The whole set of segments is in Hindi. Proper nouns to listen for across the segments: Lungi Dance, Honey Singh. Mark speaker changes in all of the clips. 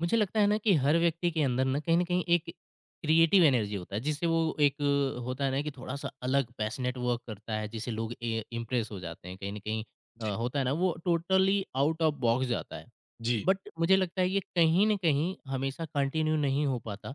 Speaker 1: मुझे लगता है ना कि हर व्यक्ति के अंदर ना कहीं न कहीं एक क्रिएटिव एनर्जी होता है, जिससे वो एक होता है ना कि थोड़ा-सा अलग पैशनेट वर्क करता है, जिससे लोग ए इम्प्रेस हो जाते हैं। कहीं न कहीं
Speaker 2: जी,
Speaker 1: होता है ना वो टोटली आउट ऑफ बॉक्स जाता है।
Speaker 2: जी।
Speaker 1: बट मुझे लगता है ये कहीं न कहीं हमेशा कंटिन्यू नहीं हो पाता।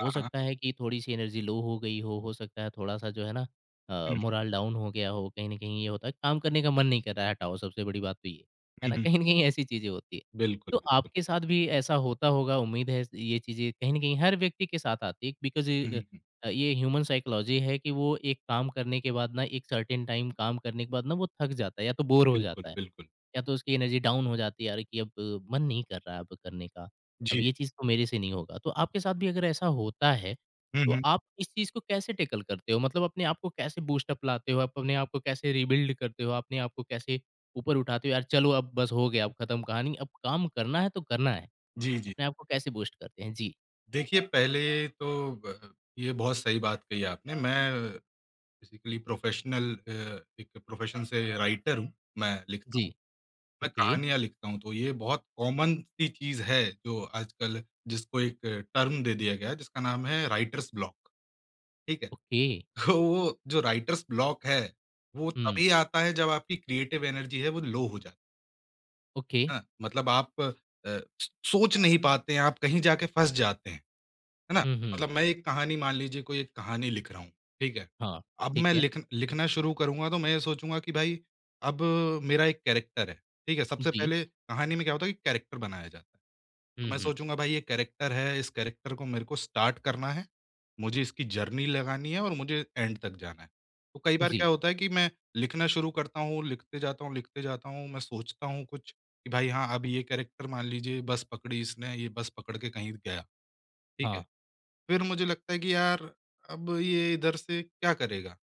Speaker 1: हो
Speaker 2: हाँ।
Speaker 1: सकता है कि थोड़ी-सी एनर्जी लो हो गई हो सकता है थोड़ा-सा जो है ना
Speaker 2: हुँ,
Speaker 1: मोरल डाउन हो गया हो, कहीं न कहीं ये होता है काम करने का मन नहीं कर रहा है, हटाओ सबसे बड़ी बात तो ये है
Speaker 2: हुँ,
Speaker 1: ना?
Speaker 2: हुँ।
Speaker 1: कहीं न कहीं ऐसी चीज़ें होती है।
Speaker 2: बिल्कुल,
Speaker 1: तो
Speaker 2: बिल्कुल।
Speaker 1: आपके साथ भी ऐसा होता होगा उम्मीद है ये चीज़ें कहीं न कहीं हर व्यक्ति के साथ आती है बिकॉज़
Speaker 2: हुँ, हुँ,
Speaker 1: ये
Speaker 2: हुँ।
Speaker 1: ये ह्यूमन साइकोलॉजी है कि वो एक काम करने के बाद ना एक सर्टेन टाइम काम करने के बाद ना वो थक जाता है या तो बोर हो
Speaker 2: बिल्कुल,
Speaker 1: जाता है।
Speaker 2: बिल्कुल।
Speaker 1: या तो उसकी एनर्जी डाउन हो जाती है यार कि अब मन नहीं कर रहा है अब करने का, अब
Speaker 2: जी।
Speaker 1: ये चीज़ तो मेरे से नहीं होगा। तो आपके साथ भी अगर ऐसा होता है,
Speaker 2: हुँ,
Speaker 1: तो
Speaker 2: हुँ।
Speaker 1: आप इस चीज़ को कैसे टैकल करते हो? मतलब अपने आप को कैसे बूस्ट अप लाते हो? आप अपने आप को कैसे रीबिल्ड करते हो? अपने आप को कैसे ऊपर उठाते हो? यार चलो अब बस हो गया, अब खत्म कहानी, अब काम करना है तो करना है।
Speaker 2: जी, जी।
Speaker 1: अपने आप को कैसे बूस्ट करते हैं? जी,
Speaker 2: देखिए, पहले तो ब ये बहुत सही बात कही आपने। मैं बेसिकली एक प्रोफ़ेशन से राइटर हूँ। मैं लिखता
Speaker 1: जी।
Speaker 2: हूँ, मैं
Speaker 1: ओके,
Speaker 2: कहानियाँ लिखता हूँ, तो ये बहुत कॉमन सी चीज़ है जो आजकल जिसको एक टर्म दे दिया गया है जिसका नाम है राइटर्स ब्लॉक, ठीक है?
Speaker 1: ओके।
Speaker 2: तो वो जो राइटर्स ब्लॉक है, वो
Speaker 1: हुँ,
Speaker 2: तभी आता है जब आपकी क्रिएटिव एनर्जी है वो लो हो जाती है।
Speaker 1: ओके।
Speaker 2: हाँ, मतलब आप सोच नहीं पाते हैं, आप कहीं जाके फँस जाते हैं, है ना?
Speaker 1: हुँ, हुँ।
Speaker 2: मतलब मैं एक कहानी मान लीजिए कोई एक कहानी लिख रहा हूँ, ठीक है?
Speaker 1: हाँ,
Speaker 2: अब
Speaker 1: ठीक
Speaker 2: मैं
Speaker 1: है।
Speaker 2: लिखना शुरू करूँगा तो मैं ये सोचूँगा कि भाई अब मेरा एक कैरेक्टर है, ठीक है? सबसे
Speaker 1: जी।
Speaker 2: पहले कहानी में क्या होता है कि कैरेक्टर बनाया जाता है। तो
Speaker 1: हुँ,
Speaker 2: मैं
Speaker 1: हुँ।
Speaker 2: सोचूँगा भाई ये कैरेक्टर है, इस कैरेक्टर को मेरे को स्टार्ट करना है, मुझे इसकी जर्नी लगानी है और मुझे एंड तक जाना है। तो कई बार
Speaker 1: जी,
Speaker 2: क्या होता है कि मैं लिखना शुरू करता हूँ, लिखते जाता हूँ, लिखते जाता हूँ, मैं सोचता हूँ कुछ कि भाई हाँ, अब ये कैरेक्टर मान लीजिए बस पकड़ी इसने, ये बस पकड़ के कहीं गया, ठीक है।
Speaker 1: हाँ।
Speaker 2: फिर मुझे लगता है कि यार अब ये इधर से क्या करेगा,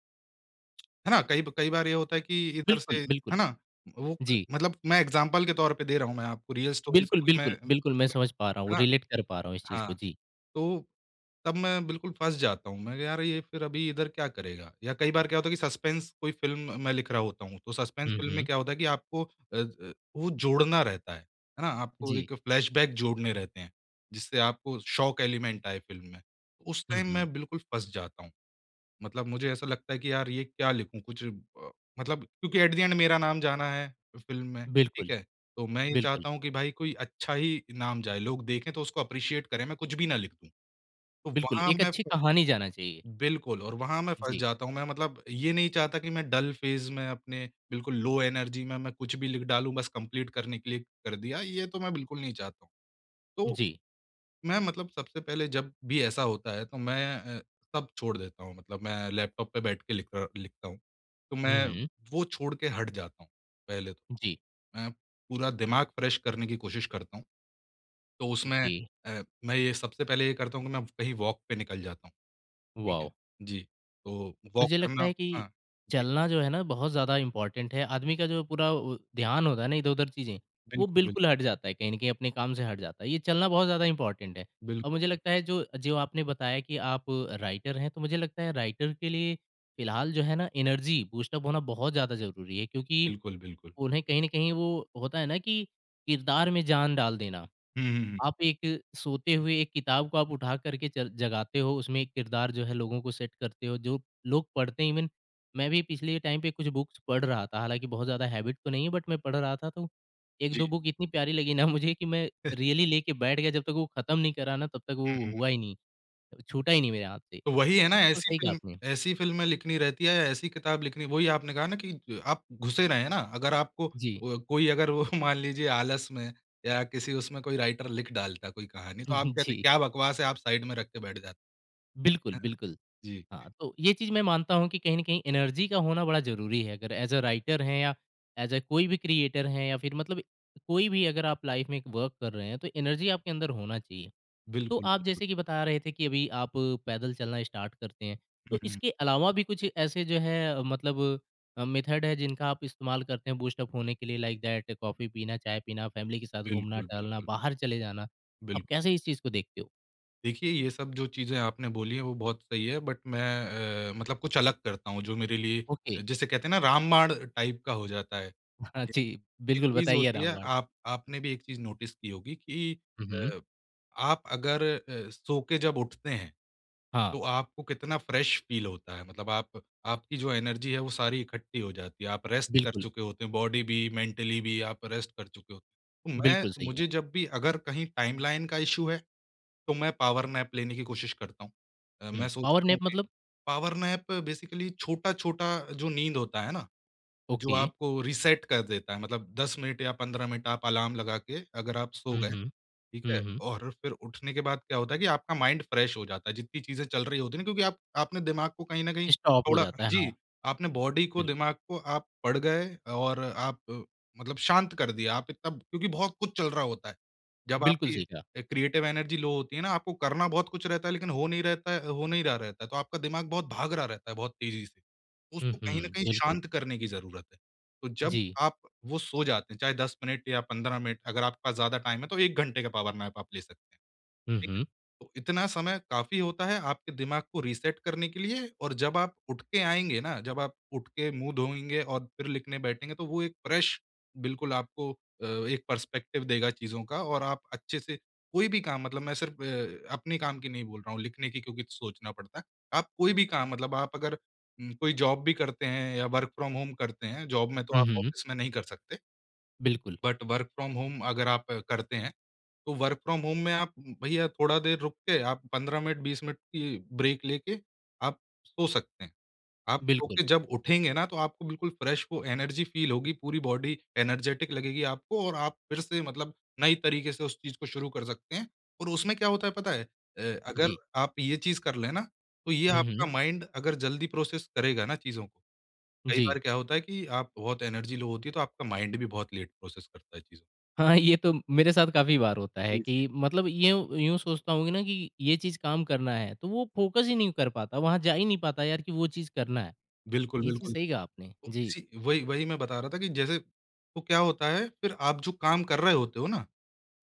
Speaker 2: है ना? कई कई बार ये होता है कि इधर से
Speaker 1: बिल्कुल,
Speaker 2: है
Speaker 1: बिल्कुल।
Speaker 2: ना? वो
Speaker 1: जी।
Speaker 2: मतलब मैं एग्ज़ाम्पल के तौर पे दे रहा हूँ मैं आपको रियल स्टोरीज़
Speaker 1: बिल्कुल,
Speaker 2: को कि मैं
Speaker 1: बिल्कुल, बिल्कुल, मैं
Speaker 2: मतलब,
Speaker 1: समझ पा रहा हूँ,
Speaker 2: है ना?
Speaker 1: रिलेट कर पा रहा हूँ इस चीज़
Speaker 2: हाँ।
Speaker 1: को। जी।
Speaker 2: तो तब मैं बिल्कुल फँस जाता हूँ। मैं कहा, "यार, ये फिर अभी इधर क्या करेगा?" या कई बार क्या होता है कि सस्पेंस कोई फ़िल्म मैं लिख रहा होता हूँ, तो सस्पेंस
Speaker 1: हुँ,
Speaker 2: फ़िल्म में
Speaker 1: हुँ।
Speaker 2: क्या होता है कि आपको वो जोड़ना रहता है ना? आपको
Speaker 1: जी।
Speaker 2: एक फ्लैशबैक जोड़ने रहते हैं, जिससे आपको शॉक एलिमेंट आए फ़िल्म में। तो उस
Speaker 1: हुँ,
Speaker 2: टाइम
Speaker 1: हुँ।
Speaker 2: मैं बिल्कुल फँस जाता हूँ। मतलब मुझे ऐसा लगता है कि यार ये क्या लिखूँ? कुछ मतलब क्योंकि एट द एंड मेरा नाम जाना है फ़िल्म में, ठीक
Speaker 1: बिल्कुल,
Speaker 2: है? तो मैं ये
Speaker 1: बिल्कुल,
Speaker 2: चाहता हूँ कि भाई कोई अच्छा ही नाम जाए, लोग देखें तो उसको एप्रिशिएट करें, मैं कुछ भी ना लिख दूँ। तो
Speaker 1: बिल्कुल,
Speaker 2: वहाँ
Speaker 1: एक
Speaker 2: मैं
Speaker 1: अच्छी
Speaker 2: फ
Speaker 1: कहानी जाना चाहिए।
Speaker 2: बिल्कुल और वहाँ मैं फँस
Speaker 1: जी,
Speaker 2: जाता हूँ। मैं मतलब ये नहीं चाहता कि मैं डल फ़ेज़ में अपने बिल्कुल लो एनर्जी में मैं कुछ भी लिख डालूँ बस कंप्लीट करने के लिए कर दिया, ये तो मैं बिल्कुल नहीं चाहता हूँ। तो
Speaker 1: जी।
Speaker 2: मैं मतलब सबसे पहले जब भी ऐसा होता है तो मैं सब छोड़ देता हूँ मतलब मैं लैपटॉप पे बैठ के लिखता हूँ। तो
Speaker 1: हुँ,
Speaker 2: मैं
Speaker 1: हुँ।
Speaker 2: वो छोड़ के हट जाता हूँ पहले तो।
Speaker 1: जी,
Speaker 2: मैं पूरा दिमाग फ्रेश करने की कोशिश करता हूँ। तो उसमें
Speaker 1: ओके,
Speaker 2: मैं ये सबसे पहले ये करता हूँ कि मैं कहीं वॉक पे निकल जाता हूँ। ठीक है।
Speaker 1: वॉव!
Speaker 2: जी, तो वॉक
Speaker 1: मुझे लगता
Speaker 2: करना
Speaker 1: है कि
Speaker 2: हाँ, जी,
Speaker 1: चलना जो है ना बहुत ज़्यादा इम्पोर्टेंट है। आदमी का जो पूरा वो ध्यान होता है ना इधर-उधर चीज़ें, वो
Speaker 2: बिल्कुल,
Speaker 1: बिल्कुल
Speaker 2: बिल्कुल।
Speaker 1: हट जाता है कहीं न कहीं अपने काम से हट जाता है। ये चलना बहुत ज़्यादा इम्पोर्टेंट है। और
Speaker 2: बिल्कुल,
Speaker 1: मुझे
Speaker 2: बिल्कुल,
Speaker 1: लगता है जो जो आपने बताया कि आप राइटर हैं, तो मुझे लगता है राइटर के लिए फ़िलहाल जो है ना एनर्जी बूस्टअप होना बहुत ज़्यादा ज़रूरी है क्योंकि
Speaker 2: बिल्कुल, बिल्कुल।
Speaker 1: उन्हें कहीं न कहीं वो होता है ना कि किरदार में जान डाल देना।
Speaker 2: हुँ, हुँ, हुँ।
Speaker 1: आप एक सोते हुए एक किताब को आप उठा करके चल जगाते हो, उसमें एक किरदार जो है लोगों को सेट करते हो, जो लोग पढ़ते हैं इवन मैं भी पिछले टाइम पे कुछ बुक्स पढ़ रहा था, हालाँकि बहुत ज़्यादा हैबिट तो नहीं है बट मैं पढ़ रहा था तो
Speaker 2: जी,
Speaker 1: 1-2 बुक इतनी प्यारी लगी ना मुझे कि मैं रियली लेके बैठ गया जब तक वो ख़त्म नहीं करा ना तब तक वो
Speaker 2: हुँ, हुँ।
Speaker 1: हुआ ही नहीं, छूटा ही नहीं मेरे हाथ से।
Speaker 2: तो वही है ना
Speaker 1: तो सही कहा आपने।
Speaker 2: ऐसी फ़िल्में लिखनी रहती है, ऐसी किताब लिखनी वही आपने कहा ना कि ज आप घुसे रहें ना, अगर आपको
Speaker 1: जी।
Speaker 2: कोई अगर वो मान लीजिए आलस में या किसी उसमें कोई राइटर लिख डालता कोई कहानी तो आप कहते
Speaker 1: जी,
Speaker 2: क्या बकवास है, आप साइड में रख के बैठ जाते।
Speaker 1: बिल्कुल, बिल्कुल।
Speaker 2: जी,
Speaker 1: हाँ, तो ये चीज़ मैं मानता हूँ कि कहीं न कहीं एनर्जी का होना बड़ा ज़रूरी है। अगर एज़ अ राइटर हैं या एज़ अ कोई भी क्रिएटर हैं या फिर मतलब कोई भी अगर आप लाइफ़ में एक वर्क कर रहे हैं, तो एनर्जी आपके अंदर होना चाहिए। तो
Speaker 2: बिल्कुल,
Speaker 1: आप
Speaker 2: बिल्कुल।
Speaker 1: जैसे कि बता रहे थे कि अभी आप पैदल चलना स्टार्ट करते हैं,
Speaker 2: हुँ,
Speaker 1: तो
Speaker 2: हुँ।
Speaker 1: इसके अलावा भी कुछ ऐसे जो है मतलब मतलब मेथड है जिनका आप इस्तेमाल करते हैं बूस्ट अप होने के लिए लाइक दैट कॉफ़ी पीना, चाय पीना, फैमिली के साथ
Speaker 2: बिल्कुल,
Speaker 1: घूमना-टहलना,
Speaker 2: बिल्कुल,
Speaker 1: बाहर चले जाना। आप
Speaker 2: बिल्कुल।
Speaker 1: कैसे इस चीज़ को देखते हो?
Speaker 2: देखिए, ये सब जो चीज़ें आपने बोली हैं वो बहुत सही है बट मैं मतलब कुछ अलग करता हूँ जो मेरे
Speaker 1: ओके।
Speaker 2: लिए जिसे कहते हैं ना रामबाण टाइप का हो जाता है।
Speaker 1: हाँ
Speaker 2: एक
Speaker 1: जी,
Speaker 2: एक
Speaker 1: बिल्कुल
Speaker 2: चीज़
Speaker 1: बताइए
Speaker 2: होती है
Speaker 1: रामबाण।
Speaker 2: आप आपने भी एक चीज़ नोटिस की होगी कि
Speaker 1: हुँ, हुँ।
Speaker 2: अ, आप अगर सो के जब उठते हैं
Speaker 1: हाँ।
Speaker 2: तो आपको कितना फ्रेश फ़ील होता है मतलब आप आपकी जो एनर्जी है वो सारी इकट्ठी हो जाती है। आप रेस्ट कर
Speaker 1: बिल्कुल,
Speaker 2: चुके होते हैं बॉडी भी, मेंटली भी आप रेस्ट कर चुके होते हैं। तो
Speaker 1: बिल्कुल
Speaker 2: मैं
Speaker 1: सही कहा।
Speaker 2: मुझे जब भी अगर कहीं टाइमलाइन का इश्यू है तो मैं पावर नैप लेने की कोशिश करता हूँ।
Speaker 1: हुँ,
Speaker 2: मैं
Speaker 1: पावर
Speaker 2: सोचता हूँ
Speaker 1: नैप
Speaker 2: कि
Speaker 1: मतलब
Speaker 2: पावर नैप बेसिकली छोटा-छोटा जो नींद होता है ना, जो
Speaker 1: ओके।
Speaker 2: आपको रीसेट कर देता है मतलब 10 मिनट या 15 मिनट आप अलार्म लगा के अगर आप सो
Speaker 1: हुँ,
Speaker 2: गए
Speaker 1: हुँ,
Speaker 2: ठीक है?
Speaker 1: हुँ, हुँ।
Speaker 2: और फिर उठने के बाद क्या होता है कि आपका माइंड फ्रेश हो जाता है, जितनी चीज़ें चल रही होती हैं ना क्योंकि आप आपने दिमाग को कहीं न कहीं
Speaker 1: स्टॉप हो
Speaker 2: थोड़ा
Speaker 1: जाता है, हाँ,
Speaker 2: जी, आपने बॉडी को, दिमाग
Speaker 1: बिल्कुल।
Speaker 2: को आप पढ़ गए और आप मतलब शांत कर दिया। आप इतना क्योंकि बहुत कुछ चल रहा होता है। जब
Speaker 1: बिल्कुल
Speaker 2: आपकी
Speaker 1: सही कहा।
Speaker 2: क्रिएटिव एनर्जी लो होती है ना, आपको करना बहुत कुछ रहता है लेकिन हो नहीं रहा रहता है, तो आपका दिमाग बहुत भाग रहा रहता है बहुत तेज़ी से। तो
Speaker 1: हुँ,
Speaker 2: उसको कहीं न
Speaker 1: हुँ,
Speaker 2: कहीं
Speaker 1: बिल्कुल।
Speaker 2: शांत करने की ज़रूरत है। तो जब
Speaker 1: जी।
Speaker 2: आप वो सो जाते हैं, चाहे 10 मिनट या 15 मिनट अगर आपके पास ज़्यादा टाइम है तो 1 घंटे का पावर नैप आप ले सकते हैं।
Speaker 1: हुँ,
Speaker 2: ठीक है?
Speaker 1: हुँ,
Speaker 2: तो इतना समय काफ़ी होता है आपके दिमाग को रीसेट करने के लिए और जब आप उठ के आएँगे ना, जब आप उठ के मुँह धोएँगे और फिर लिखने बैठेंगे तो वो एक फ्रेश बिल्कुल आपको एक पर्सपेक्टिव देगा चीज़ों का और आप अच्छे से कोई भी काम मतलब मैं सिर्फ़ अपने काम की नहीं बोल रहा हूँ, लिखने की क्योंकि सोचना पड़ता है। आप कोई भी काम मतलब आप अगर कोई जॉब भी करते हैं या वर्क फ्रॉम होम करते हैं, जॉब में तो
Speaker 1: हुँ,
Speaker 2: आप
Speaker 1: हुँ,
Speaker 2: ऑफ़िस में नहीं कर सकते,
Speaker 1: बिल्कुल,
Speaker 2: बट वर्क फ्रॉम होम अगर आप करते हैं, तो वर्क फ्रॉम होम में आप भैया थोड़ा देर रुक के आप 15 मिनट, 20 मिनट की ब्रेक लेके आप सो सकते हैं। आप सो
Speaker 1: बिल्कुल,
Speaker 2: के जब उठेंगे ना, तो आपको बिल्कुल फ्रेश वो एनर्जी फ़ील होगी, पूरी बॉडी एनर्जेटिक लगेगी आपको और आप फिर से मतलब नई तरीके से उस चीज़ को शुरू कर सकते हैं और उसमें क्या होता है पता है? अगर
Speaker 1: जी।
Speaker 2: आप ये चीज़ कर लें ना, तो ये
Speaker 1: हुँ, हुँ,
Speaker 2: आपका माइंड अगर जल्दी प्रोसेस करेगा ना चीज़ों को कई
Speaker 1: जी।
Speaker 2: बार क्या होता है कि आप बहुत एनर्जी लो होती है, तो आपका माइंड भी बहुत लेट प्रोसेस करता है चीज़ों
Speaker 1: हाँ, ये तो मेरे साथ काफ़ी बार होता है
Speaker 2: जी,
Speaker 1: कि
Speaker 2: जी।
Speaker 1: मतलब यूँ यूँ सोचता हूँ ना कि ये चीज़ काम करना है, तो वो फ़ोकस ही नहीं कर पाता, वहाँ जा ही नहीं पाता यार कि वो चीज़ करना है।
Speaker 2: को। बिल्कुल,
Speaker 1: ये चीज़
Speaker 2: बिल्कुल।
Speaker 1: सही कहा आपने।
Speaker 2: तो
Speaker 1: जी।
Speaker 2: इसी वही वही मैं बता रहा था कि जैसे तो क्या होता है फिर आप जो काम कर रहे होते हो ना,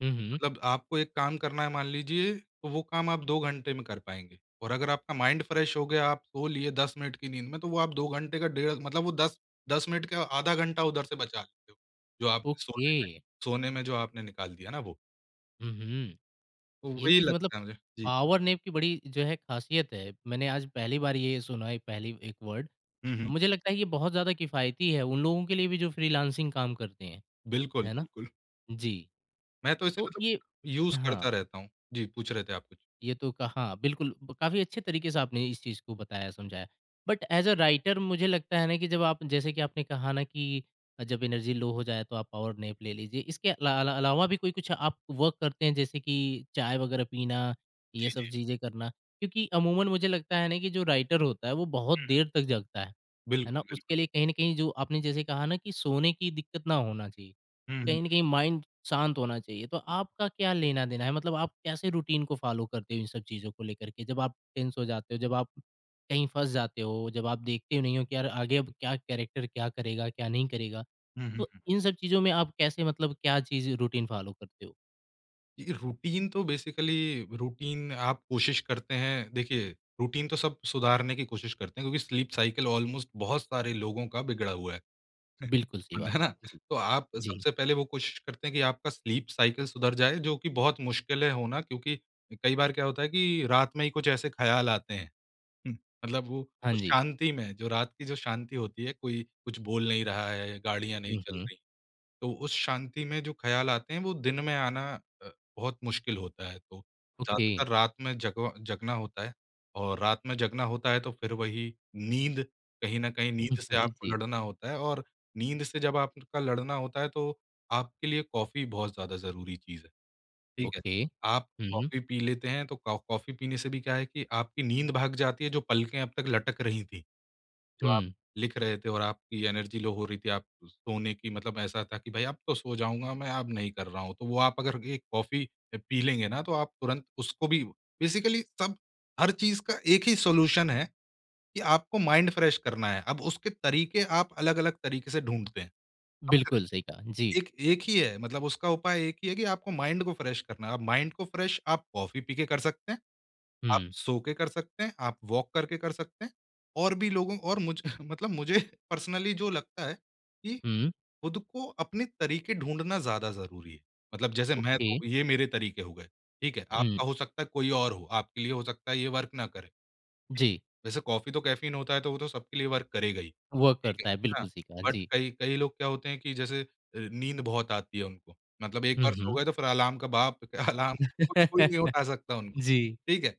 Speaker 1: हुँ, हुँ,
Speaker 2: मतलब आपको एक काम करना है मान लीजिए, तो वो काम आप 2 घंटे में कर पाएँगे और अगर आपका माइंड फ्रेश हो गया, आप सो लिए 10 मिनट की नींद में, तो वो आप 2 घंटे का डेढ़ मतलब वो 10 मिनट का आधा घंटा उधर से बचा लेते हो, जो आपने
Speaker 1: ओके।
Speaker 2: सोने में जो आपने निकाल दिया ना वो।
Speaker 1: हुँ, हुँ।
Speaker 2: तो
Speaker 1: ये
Speaker 2: वही
Speaker 1: चीज़ मतलब
Speaker 2: लगता है मुझे। जी।
Speaker 1: पावर नैप की बड़ी जो है ख़ासियत है। मैंने आज पहली बार ये सुना है पहली एक वर्ड।
Speaker 2: हुँ, हुँ।
Speaker 1: और मुझे लगता है ये बहुत ज़्यादा किफ़ायती है उन लोगों के लिए भी जो फ्रीलांसिंग काम करते हैं।
Speaker 2: बिल्कुल,
Speaker 1: है ना?
Speaker 2: बिल्कुल।
Speaker 1: जी,
Speaker 2: मैं तो इसे
Speaker 1: तो
Speaker 2: मतलब
Speaker 1: ये
Speaker 2: यूज़
Speaker 1: हाँ।
Speaker 2: करता रहता हूँ। जी, पूछ रहे थे आप कुछ?
Speaker 1: ये तो कहाँ बिल्कुल ब काफ़ी अच्छे तरीके से आपने इस चीज़ को बताया, समझाया। बट ऐज़ अ राइटर मुझे लगता है ना कि जब आप जैसे कि आपने कहा ना कि जब एनर्जी लो हो जाए तो आप पावर नैप ले लीजिए। इसके अला अला अलावा भी कोई कुछ आप वर्क करते हैं जैसे कि चाय वग़ैरह पीना, ये
Speaker 2: जी, जी।
Speaker 1: सब चीज़ें करना? क्योंकि अमूमन मुझे लगता है ना कि जो राइटर होता है वो बहुत देर तक जगता है
Speaker 2: बिल्कुल,
Speaker 1: ना?
Speaker 2: बिल्कुल।
Speaker 1: उसके लिए कहीं न कहीं जो आपने जैसे कहा ना कि सोने की दिक्कत ना होना चाहिए।
Speaker 2: हुँ, हुँ।
Speaker 1: कहीं न कहीं माइंड शांत होना चाहिए। तो आपका क्या लेना-देना है? मतलब आप कैसे रूटीन को फ़ॉलो करते हो इन सब चीज़ों को लेकर के? जब आप टेंस हो जाते हो, जब आप कहीं फँस जाते हो, जब आप देखते हो नहीं हो कि यार आगे अब क्या कैरेक्टर क्या करेगा, क्या नहीं करेगा?
Speaker 2: हुँ, हुँ,
Speaker 1: तो
Speaker 2: हुँ।
Speaker 1: इन सब चीज़ों में आप कैसे मतलब क्या चीज़ रूटीन फ़ॉलो करते हो?
Speaker 2: ये रूटीन तो बेसिकली रूटीन आप कोशिश करते हैं देखिए, रूटीन तो सब सुधारने की कोशिश करते हैं क्योंकि स्लीप साइकिल ऑलमोस्ट बहुत सारे लोगों का बिगड़ा हुआ है।
Speaker 1: बिल्कुल सही बात।
Speaker 2: है ना?
Speaker 1: जी,
Speaker 2: तो आप
Speaker 1: जी।
Speaker 2: सबसे पहले वो कोशिश करते हैं कि आपका स्लीप साइकिल सुधर जाए जो कि बहुत मुश्किल है होना क्योंकि कई बार क्या होता है कि रात में ही कुछ ऐसे ख़्याल आते हैं। हुँ, मतलब वो
Speaker 1: हाँ
Speaker 2: उस
Speaker 1: जी।
Speaker 2: शांति में, जो रात की जो शांति होती है, कोई कुछ बोल नहीं रहा है, गाड़ियाँ नहीं
Speaker 1: हुँ,
Speaker 2: चल
Speaker 1: हुँ।
Speaker 2: रहीं, तो उस शांति में जो ख़्याल आते हैं, वो दिन में आना अ, बहुत मुश्किल होता है। तो
Speaker 1: ओके।
Speaker 2: ज़्यादातर रात में जगवा जगना होता है और रात में जगना होता है, तो फिर वही नींद, कहीं न कहीं नींद से आपको
Speaker 1: जी,
Speaker 2: लड़ना होता है और नींद से जब आपका लड़ना होता है, तो आपके लिए कॉफ़ी बहुत ज़्यादा ज़रूरी चीज़ है। ठीक है।
Speaker 1: ओके।
Speaker 2: आप
Speaker 1: हुँ,
Speaker 2: कॉफ़ी पी लेते हैं तो कॉ कॉफ़ी पीने से भी क्या है कि आपकी नींद भाग जाती है जो पलकें अब तक लटक रही थी। जो आप
Speaker 1: हुँ।
Speaker 2: लिख रहे थे और आपकी एनर्जी लो हो रही थी, आप सोने की मतलब ऐसा था कि भाई अब तो सो जाऊँगा मैं, अब नहीं कर रहा हूँ। तो वो आप अगर एक कॉफ़ी पी लेंगे ना तो आप तुरंत उसको भी बेसिकली सब हर चीज़ का एक ही सॉल्यूशन है कि आपको माइंड फ्रेश करना है। अब उसके तरीके आप अलग-अलग तरीके से ढूँढते हैं। समझ
Speaker 1: बिल्कुल सही कहा। जी।
Speaker 2: एक एक ही है मतलब उसका उपाय एक ही है कि आपको माइंड को फ्रेश करना है। आप माइंड को फ्रेश आप कॉफ़ी पी के कर सकते हैं, आप
Speaker 1: हुँ,
Speaker 2: सो के कर सकते हैं, आप वॉक करके कर सकते हैं और भी लोगों और मुझ मतलब मुझे पर्सनली जो लगता है कि
Speaker 1: हुँ।
Speaker 2: खुद को अपने तरीके ढूँढना ज़्यादा ज़रूरी है। मतलब जैसे मैं
Speaker 1: ओके।
Speaker 2: तो ये मेरे तरीके हो गए, ठीक है?
Speaker 1: हुँ।
Speaker 2: आपका हो सकता है कोई और हो, आपके लिए हो सकता है ये वर्क ना करे।
Speaker 1: जी,
Speaker 2: वैसे कॉफ़ी तो कैफ़ीन होता है तो वो तो सबके लिए वर्क करेगा ही।
Speaker 1: वर्क
Speaker 2: ठीक है,
Speaker 1: करता है।
Speaker 2: हाँ,
Speaker 1: बिल्कुल सही कहा।
Speaker 2: बट
Speaker 1: जी।
Speaker 2: कई कई लोग क्या होते हैं कि जैसे नींद बहुत आती है उनको। मतलब एक
Speaker 1: हुँ,
Speaker 2: बार सो
Speaker 1: हुँ।
Speaker 2: गए तो फिर अलार्म का बाप अलार्म कोई कोई नहीं उठा सकता उनको,
Speaker 1: जी।
Speaker 2: ठीक है?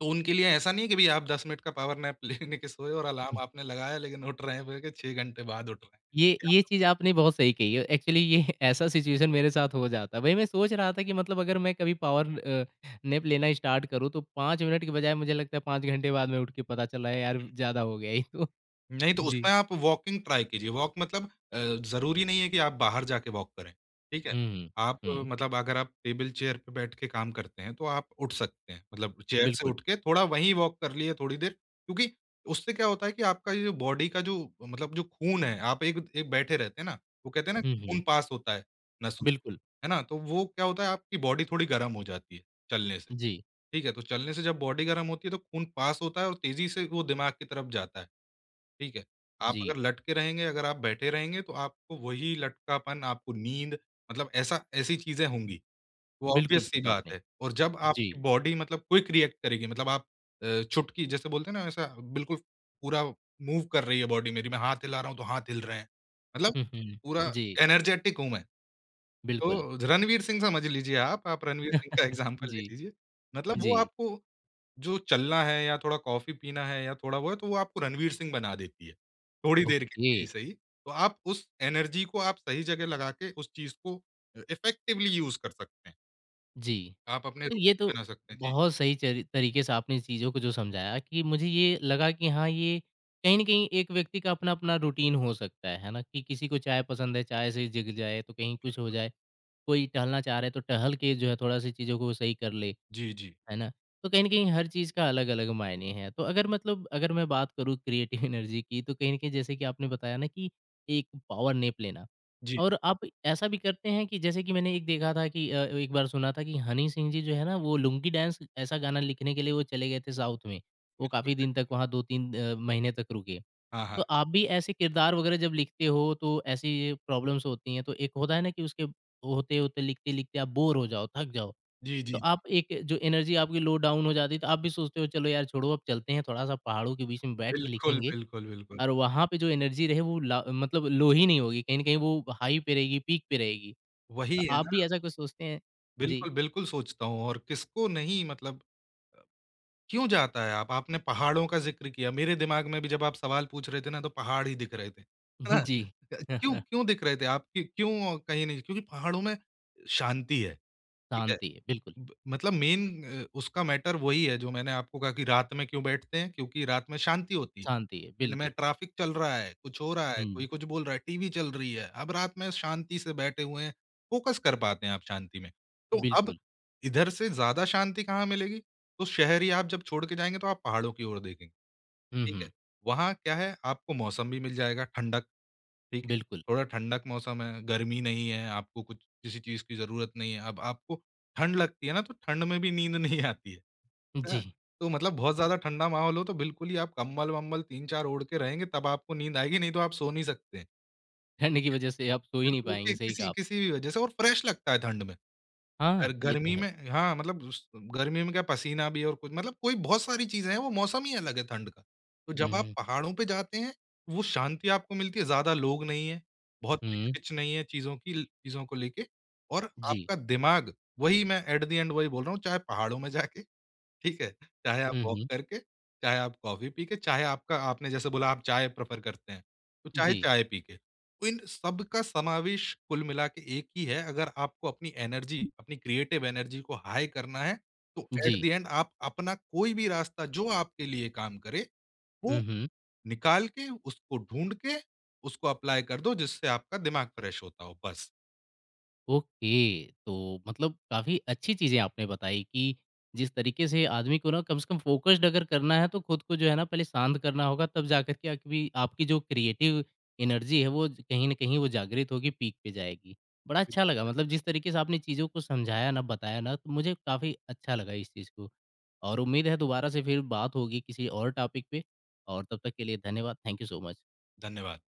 Speaker 2: तो उनके लिए ऐसा नहीं है कि भई आप 10 मिनट का पावर नैप लेने के सोए और अलार्म आपने लगाया लेकिन उठ रहे हैं बोल के 6 घंटे बाद उठ रहे हैं।
Speaker 1: ये चीज़ आपने बहुत सही कही है। एक्चुअली ये ऐसा सिचुएशन मेरे साथ हो जाता है। वही मैं सोच रहा था कि मतलब अगर मैं कभी नैप लेना स्टार्ट करूँ तो 5 मिनट के बजाय मुझे लगता है 5 घंटे बाद में उठ के पता चला है यार ज़्यादा हो गया ये तो।
Speaker 2: नहीं, तो
Speaker 1: जी।
Speaker 2: उसमें आप वॉकिंग ट्राई कीजिए। वॉक मतलब ज़रूरी नहीं है कि आप बाहर जाके वॉक करें, ठीक है?
Speaker 1: हुँ,
Speaker 2: आप
Speaker 1: हुँ,
Speaker 2: मतलब अगर आप टेबल चेयर पे बैठ के काम करते हैं, तो आप उठ सकते हैं, मतलब चेयर से
Speaker 1: बिल्कुल।
Speaker 2: उठ के थोड़ा वहीं वॉक कर लिए थोड़ी देर, क्योंकि उससे क्या होता है कि आपका ये जो बॉडी का जो मतलब जो खून है, आप एक एक बैठे रहते हैं ना, वो कहते हैं ना
Speaker 1: हुँ,
Speaker 2: खून
Speaker 1: हुँ,
Speaker 2: पास होता है नसों में,
Speaker 1: बिल्कुल।
Speaker 2: है ना? तो वो क्या होता है आपकी बॉडी थोड़ी गर्म हो जाती है चलने से,
Speaker 1: जी,
Speaker 2: ठीक है? तो चलने से जब बॉडी गर्म होती है, तो खून पास होता है और तेज़ी से वो दिमाग की तरफ जाता है। ठीक है? आप
Speaker 1: जी,
Speaker 2: अगर लटके रहेंगे, अगर आप बैठे रहेंगे तो आपको वही लटकापन, आपको नींद मतलब ऐसा ऐसी चीज़ें होंगी, वो
Speaker 1: बिल्कुल
Speaker 2: ऑब्वियस
Speaker 1: सही
Speaker 2: सी
Speaker 1: कहा
Speaker 2: बात
Speaker 1: आपने।
Speaker 2: है। और जब
Speaker 1: जी।
Speaker 2: आपकी बॉडी मतलब क्विक रिएक्ट करेगी मतलब आप चुटकी जैसे बोलते हैं ना ऐसा बिल्कुल पूरा मूव कर रही है बॉडी मेरी, मैं हाथ हिला रहा हूँ तो हाथ हिल रहे हैं। मतलब
Speaker 1: हुँ, हुँ।
Speaker 2: पूरा
Speaker 1: जी,
Speaker 2: एनर्जेटिक हूँ मैं।
Speaker 1: बिल्कुल।
Speaker 2: तो रणवीर सिंह समझ लीजिए आप रणवीर सिंह का एग्ज़ाम्पल ले
Speaker 1: जी,
Speaker 2: लीजिए। मतलब वो
Speaker 1: जी।
Speaker 2: आपको जो चलना है या थोड़ा कॉफ़ी पीना है या थोड़ा वो है, तो वो आपको रणवीर सिंह बना देती है। थोड़ी देर के
Speaker 1: ओके,
Speaker 2: लिए ही सही। तो आप उस एनर्जी को आप सही जगह लगा के उस चीज़ को इफ़ेक्टिवली यूज़ कर सकते हैं।
Speaker 1: जी।
Speaker 2: आप अपने
Speaker 1: तो ये
Speaker 2: रूटीन
Speaker 1: तो
Speaker 2: बना सकते हैं। जी।
Speaker 1: बहुत सही चरी तरीके से आपने चीज़ों को जो समझाया कि मुझे ये लगा कि हाँ, ये कहीं न कहीं एक व्यक्ति का अपना-अपना रूटीन हो सकता है ना? कि किसी को चाय पसंद है, चाय से जग जाए तो कहीं कुछ हो जाए, कोई टहलना चाह रहा है तो टहल के जो है थोड़ा-सी चीज़ों को सही कर ले।
Speaker 2: जी, जी।
Speaker 1: है ना? तो कहीं न कहीं हर चीज़ का अलग-अलग मायने हैं। तो अगर मतलब अगर मैं बात करूँ क्रिएटिव एनर्जी की तो कहीं न कहीं जैसे कि आपने बताया ना कि एक पावर नैप लेना
Speaker 2: जी,
Speaker 1: और आप ऐसा भी करते हैं कि जैसे कि मैंने एक देखा था कि एक बार सुना था कि हनी सिंह जी जो है ना वो लुंगी डांस ऐसा गाना लिखने के लिए वो चले गए थे साउथ में। वो काफ़ी
Speaker 2: बिल्कुल।
Speaker 1: दिन तक वहाँ 2-3 महीने तक रुके।
Speaker 2: हाँ, हाँ।
Speaker 1: तो आप भी ऐसे किरदार वग़ैरह जब लिखते हो तो ऐसी प्रॉब्लम्स होती हैं। तो एक होता है ना कि उसके होते-होते लिखते-लिखते आप बोर हो जाओ, थक जाओ।
Speaker 2: जी, जी,
Speaker 1: तो
Speaker 2: जी।
Speaker 1: आप एक जो एनर्जी आपकी लो डाउन हो जाती है, तो आप भी सोचते हो चलो यार छोड़ो अब चलते हैं थोड़ा-सा पहाड़ों के बीच में बैठ के
Speaker 2: बिल्कुल,
Speaker 1: लिखेंगे
Speaker 2: बिल्कुल, बिल्कुल।
Speaker 1: और वहाँ पे जो एनर्जी रहे वो ला मतलब लो ही नहीं होगी, कहीं न कहीं वो हाई पे रहेगी, पीक पे रहेगी।
Speaker 2: वही
Speaker 1: तो
Speaker 2: है
Speaker 1: आप
Speaker 2: ना,
Speaker 1: भी ऐसा कुछ सोचते हैं? जी।
Speaker 2: बिल्कुल, बिल्कुल सोचता हूँ और किसको नहीं मतलब क्यों जाता है आप? आपने पहाड़ों का ज़िक्र किया, मेरे दिमाग में भी जब आप सवाल पूछ रहे थे ना, तो पहाड़ ही दिख रहे थे। है ना?
Speaker 1: जी।
Speaker 2: क्यों क्यों दिख रहे थे आप? कि क्यों कहीं नहीं क्योंकि पहाड़ों में शांति है, ठीक है?
Speaker 1: शांति है, बिल्कुल।
Speaker 2: ब मतलब मेन उसका मैटर वही है, जो मैंने आपको कहा कि रात में क्यों बैठते हैं? क्योंकि रात में शांति होती है।
Speaker 1: शांति है,
Speaker 2: इनमें
Speaker 1: बिल्कुल।
Speaker 2: ट्रैफिक चल रहा है, कुछ हो रहा है, कोई
Speaker 1: हुँ,
Speaker 2: कुछ बोल रहा है, टीवी चल रही है। अब रात में शांति से बैठे हुए हैं, फ़ोकस कर पाते हैं आप शांति में। तो जी। अब
Speaker 1: बिल्कुल।
Speaker 2: इधर से ज़्यादा शांति कहाँ मिलेगी? तो शहर ही आप जब छोड़ के जाएँगे तो आप पहाड़ों की ओर देखेंगे,
Speaker 1: हुँ,
Speaker 2: ठीक
Speaker 1: हुँ,
Speaker 2: है? वहाँ क्या है आपको मौसम भी मिल जाएगा, ठंडक, ठीक है?
Speaker 1: बिल्कुल।
Speaker 2: थोड़ा ठंडक मौसम है, गर्मी नहीं है, आपको कुछ किसी चीज़ की ज़रूरत नहीं है। अब आपको ठंड लगती है ना तो ठंड में भी नींद नहीं आती है। है ना?
Speaker 1: जी,
Speaker 2: तो मतलब बहुत
Speaker 1: जी।
Speaker 2: ज़्यादा ठंडा माहौल हो तो बिल्कुल ही आप कम्बल-वम्बल 3-4 ओढ़ के रहेंगे तब आपको नींद आएगी, नहीं तो आप सो नहीं सकते हैं।
Speaker 1: ठंड की वजह से आप सो ही नहीं
Speaker 2: बिल्कुल कि
Speaker 1: पाएँगे, सही कहा
Speaker 2: किसी
Speaker 1: आप
Speaker 2: किसी भी वजह से और फ्रेश लगता है ठंड में। और
Speaker 1: हाँ,
Speaker 2: बिल्कुल।
Speaker 1: ये तो
Speaker 2: गर्मी
Speaker 1: है।
Speaker 2: में हाँ, मतलब उस गर्मी में क्या पसीना भी और कुछ मतलब कोई बहुत सारी चीज़ें हैं, वो मौसम ही अलग है ठंड का। तो जब
Speaker 1: हुँ,
Speaker 2: बिल्कुल। आप
Speaker 1: हुँ।
Speaker 2: पहाड़ों पे जाते हैं, वो शांति आपको मिलती है, ज़्यादा लोग नहीं है, बहुत
Speaker 1: हुँ,
Speaker 2: किच-किच नहीं है चीज़ों की चीज़ों को लेके और
Speaker 1: जी।
Speaker 2: आपका दिमाग वही मैं एट द एंड वही बोल रहा हूँ, चाहे पहाड़ों में जाके ठीक है? चाहे आप
Speaker 1: हुँ,
Speaker 2: वॉक
Speaker 1: हुँ।
Speaker 2: करके, चाहे आप कॉफ़ी पी के, चाहे आपका आपने जैसे बोला आप चाय प्रेफ़र करते हैं, तो चाहे
Speaker 1: जी।
Speaker 2: चाय पी के। तो इन सब का समावेश कुल मिला के एक ही है, अगर आपको अपनी एनर्जी, अपनी क्रिएटिव एनर्जी को हाई करना है, तो एट द
Speaker 1: जी।
Speaker 2: एंड आप अपना कोई भी रास्ता जो आपके लिए काम करे,
Speaker 1: हुँ,
Speaker 2: वो
Speaker 1: हुँ।
Speaker 2: निकाल के, उसको ढूँढ के, उसको अप्लाई कर दो जिससे आपका दिमाग फ्रेश होता हो। बस।
Speaker 1: ओके, तो मतलब काफ़ी अच्छी चीज़ें आपने बताई कि जिस तरीके से आदमी को ना कम से कम फ़ोकस्ड अगर करना है तो खुद को जो है ना पहले शांत करना होगा तब जाकर के आपकी आपकी जो क्रिएटिव एनर्जी है वो कहीं न कहीं वो जागृत होगी, पीक पे जाएगी। बड़ा अच्छा लगा मतलब जिस तरीके से आपने चीज़ों को समझाया ना, बताया ना तो मुझे काफ़ी अच्छा लगा इस चीज़ को। और उम्मीद है दोबारा से फिर बात होगी किसी और टॉपिक पे और तब तक के लिए धन्यवाद। Thank you so much.
Speaker 2: धन्यवाद।